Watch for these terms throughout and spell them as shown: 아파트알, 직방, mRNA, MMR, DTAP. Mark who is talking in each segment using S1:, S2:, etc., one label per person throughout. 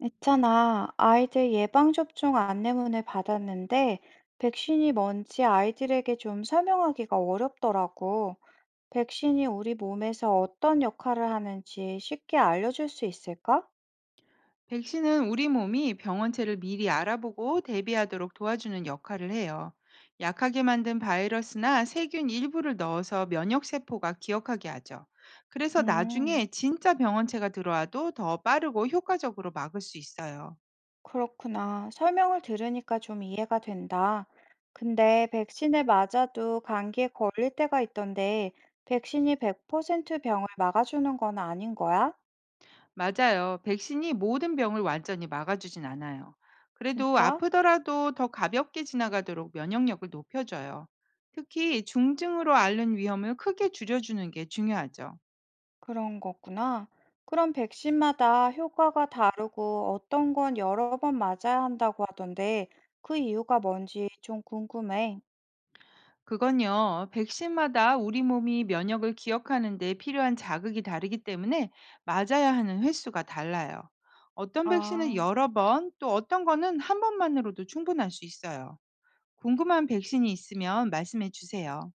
S1: 있잖아, 아이들 예방접종 안내문을 받았는데, 백신이 뭔지 아이들에게 좀 설명하기가 어렵더라고. 백신이 우리 몸에서 어떤 역할을 하는지 쉽게 알려줄 수 있을까?
S2: 백신은 우리 몸이 병원체를 미리 알아보고 대비하도록 도와주는 역할을 해요. 약하게 만든 바이러스나 세균 일부를 넣어서 면역세포가 기억하게 하죠. 그래서
S1: 음,
S2: 나중에 진짜 병원체가 들어와도 더 빠르고 효과적으로 막을 수 있어요.
S1: 그렇구나. 설명을 들으니까 좀 이해가 된다. 근데 백신을 맞아도 감기에 걸릴 때가 있던데, 백신이 100% 병을 막아주는 건 아닌 거야?
S2: 맞아요. 백신이 모든 병을 완전히 막아주진 않아요. 그래도
S1: 진짜?
S2: 아프더라도 더 가볍게 지나가도록 면역력을 높여줘요. 특히 중증으로 앓는 위험을 크게 줄여주는 게 중요하죠.
S1: 그런 거구나. 그럼 백신마다 효과가 다르고 어떤 건 여러 번 맞아야 한다고 하던데 그 이유가 뭔지 좀 궁금해.
S2: 그건요, 백신마다 우리 몸이 면역을 기억하는 데 필요한 자극이 다르기 때문에 맞아야 하는 횟수가 달라요. 어떤 백신은
S1: 아,
S2: 여러 번, 또 어떤 거는 한 번만으로도 충분할 수 있어요. 궁금한 백신이 있으면 말씀해 주세요.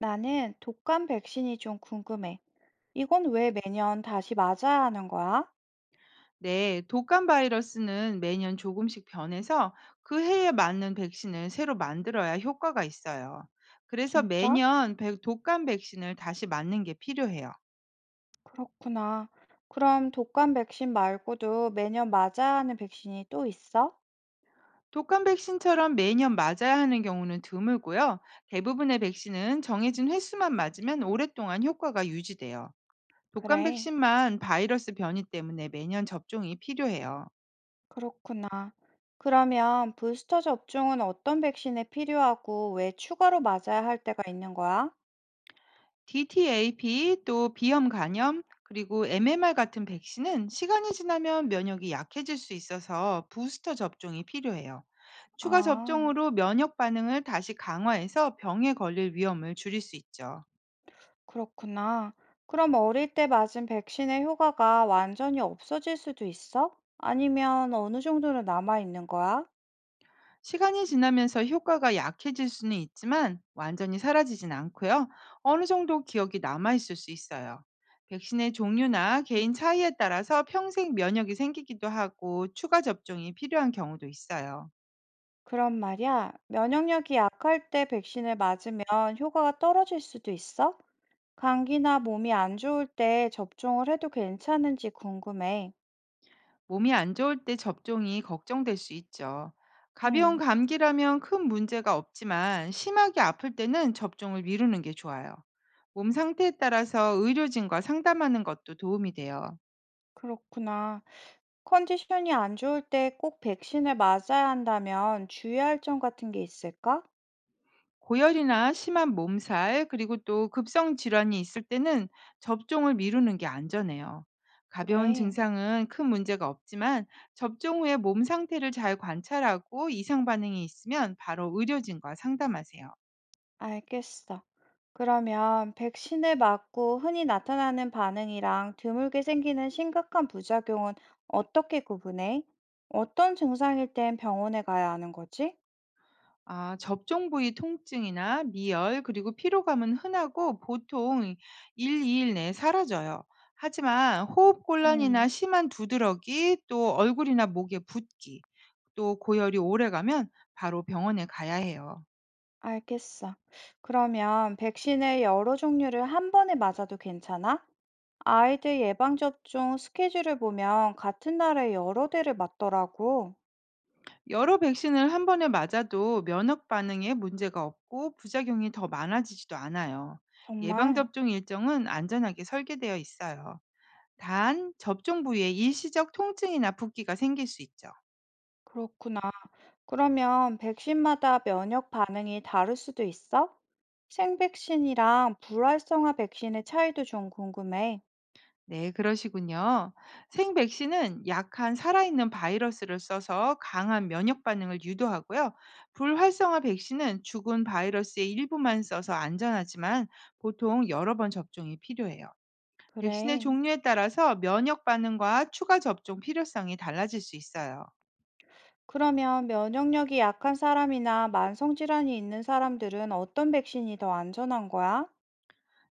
S1: 나는 독감 백신이 좀 궁금해. 이건 왜 매년 다시 맞아야 하는 거야?
S2: 네, 독감 바이러스는 매년 조금씩 변해서 그 해에 맞는 백신을 새로 만들어야 효과가 있어요. 그래서
S1: 진짜?
S2: 매년 독감 백신을 다시 맞는 게 필요해요.
S1: 그렇구나. 그럼 독감 백신 말고도 매년 맞아야 하는 백신이 또 있어?
S2: 독감 백신처럼 매년 맞아야 하는 경우는 드물고요. 대부분의 백신은 정해진 횟수만 맞으면 오랫동안 효과가 유지돼요. 독감
S1: 그래.
S2: 백신만 바이러스 변이 때문에 매년 접종이 필요해요.
S1: 그렇구나. 그러면 부스터 접종은 어떤 백신에 필요하고 왜 추가로 맞아야 할 때가 있는 거야?
S2: DTAP 또 비염 간염 그리고 MMR 같은 백신은 시간이 지나면 면역이 약해질 수 있어서 부스터 접종이 필요해요. 추가
S1: 아,
S2: 접종으로 면역 반응을 다시 강화해서 병에 걸릴 위험을 줄일 수 있죠.
S1: 그렇구나. 그럼 어릴 때 맞은 백신의 효과가 완전히 없어질 수도 있어? 아니면 어느 정도는 남아 있는 거야?
S2: 시간이 지나면서 효과가 약해질 수는 있지만 완전히 사라지진 않고요. 어느 정도 기억이 남아있을 수 있어요. 백신의 종류나 개인 차이에 따라서 평생 면역이 생기기도 하고 추가 접종이 필요한 경우도 있어요.
S1: 그럼 말이야, 면역력이 약할 때 백신을 맞으면 효과가 떨어질 수도 있어? 감기나 몸이 안 좋을 때 접종을 해도 괜찮은지 궁금해.
S2: 몸이 안 좋을 때 접종이 걱정될 수 있죠. 가벼운
S1: 응,
S2: 감기라면 큰 문제가 없지만 심하게 아플 때는 접종을 미루는 게 좋아요. 몸 상태에 따라서 의료진과 상담하는 것도 도움이 돼요.
S1: 그렇구나. 컨디션이 안 좋을 때 꼭 백신을 맞아야 한다면 주의할 점 같은 게 있을까?
S2: 고열이나 심한 몸살, 그리고 또 급성 질환이 있을 때는 접종을 미루는 게 안전해요. 가벼운
S1: 그래,
S2: 증상은 큰 문제가 없지만 접종 후에 몸 상태를 잘 관찰하고 이상 반응이 있으면 바로 의료진과 상담하세요.
S1: 알겠어. 그러면 백신을 맞고 흔히 나타나는 반응이랑 드물게 생기는 심각한 부작용은 어떻게 구분해? 어떤 증상일 땐 병원에 가야 하는 거지?
S2: 아, 접종 부위 통증이나 미열, 그리고 피로감은 흔하고 보통 1, 2일 내에 사라져요. 하지만 호흡 곤란이나
S1: 음,
S2: 심한 두드러기, 또 얼굴이나 목에 붓기, 또 고열이 오래가면 바로 병원에 가야 해요.
S1: 알겠어. 그러면 백신을 여러 종류를 한 번에 맞아도 괜찮아? 아이들 예방접종 스케줄을 보면 같은 날에 여러 대를 맞더라고.
S2: 여러 백신을 한 번에 맞아도 면역 반응에 문제가 없고 부작용이 더 많아지지도 않아요.
S1: 정말?
S2: 예방접종 일정은 안전하게 설계되어 있어요. 단, 접종 부위에 일시적 통증이나 붓기가 생길 수 있죠.
S1: 그렇구나. 그러면 백신마다 면역 반응이 다를 수도 있어? 생백신이랑 불활성화 백신의 차이도 좀 궁금해.
S2: 네, 그러시군요. 생백신은 약한 살아있는 바이러스를 써서 강한 면역 반응을 유도하고요. 불활성화 백신은 죽은 바이러스의 일부만 써서 안전하지만 보통 여러 번 접종이 필요해요. 백신의
S1: 그래.
S2: 종류에 따라서 면역 반응과 추가 접종 필요성이 달라질 수 있어요.
S1: 그러면 면역력이 약한 사람이나 만성질환이 있는 사람들은 어떤 백신이 더 안전한 거야?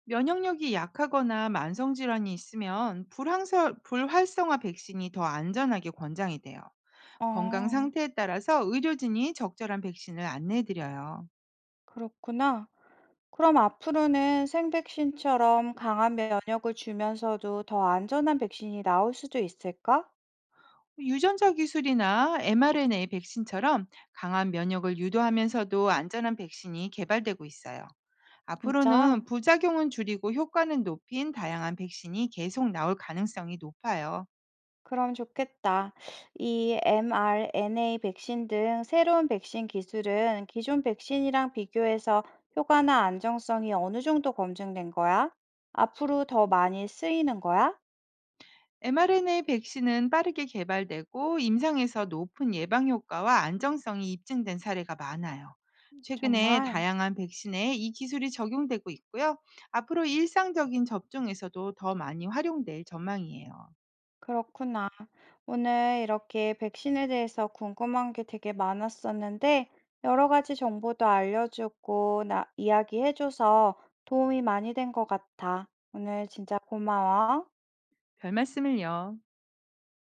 S2: 면역력이 약하거나 만성 질환이 있으면 불활성화 백신이 더 안전하게 권장이 돼요. 건강
S1: 아,
S2: 상태에 따라서 의료진이 적절한 백신을 안내해 드려요.
S1: 그렇구나. 그럼 앞으로는 생백신처럼 강한 면역을 주면서도 더 안전한 백신이 나올 수도 있을까?
S2: 유전자 기술이나 mRNA 백신처럼 강한 면역을 유도하면서도 안전한 백신이 개발되고 있어요.
S1: 진짜?
S2: 앞으로는 부작용은 줄이고 효과는 높인 다양한 백신이 계속 나올 가능성이 높아요.
S1: 그럼 좋겠다. 이 mRNA 백신 등 새로운 백신 기술은 기존 백신이랑 비교해서 효과나 안정성이 어느 정도 검증된 거야? 앞으로 더 많이 쓰이는 거야?
S2: mRNA 백신은 빠르게 개발되고 임상에서 높은 예방 효과와 안정성이 입증된 사례가 많아요. 최근에
S1: 정말
S2: 다양한 백신에 이 기술이 적용되고 있고요. 앞으로 일상적인 접종에서도 더 많이 활용될 전망이에요.
S1: 그렇구나. 오늘 이렇게 백신에 대해서 궁금한 게 되게 많았었는데 여러 가지 정보도 알려주고 나 이야기해줘서 도움이 많이 된 것 같아. 오늘 진짜 고마워.
S2: 별 말씀을요.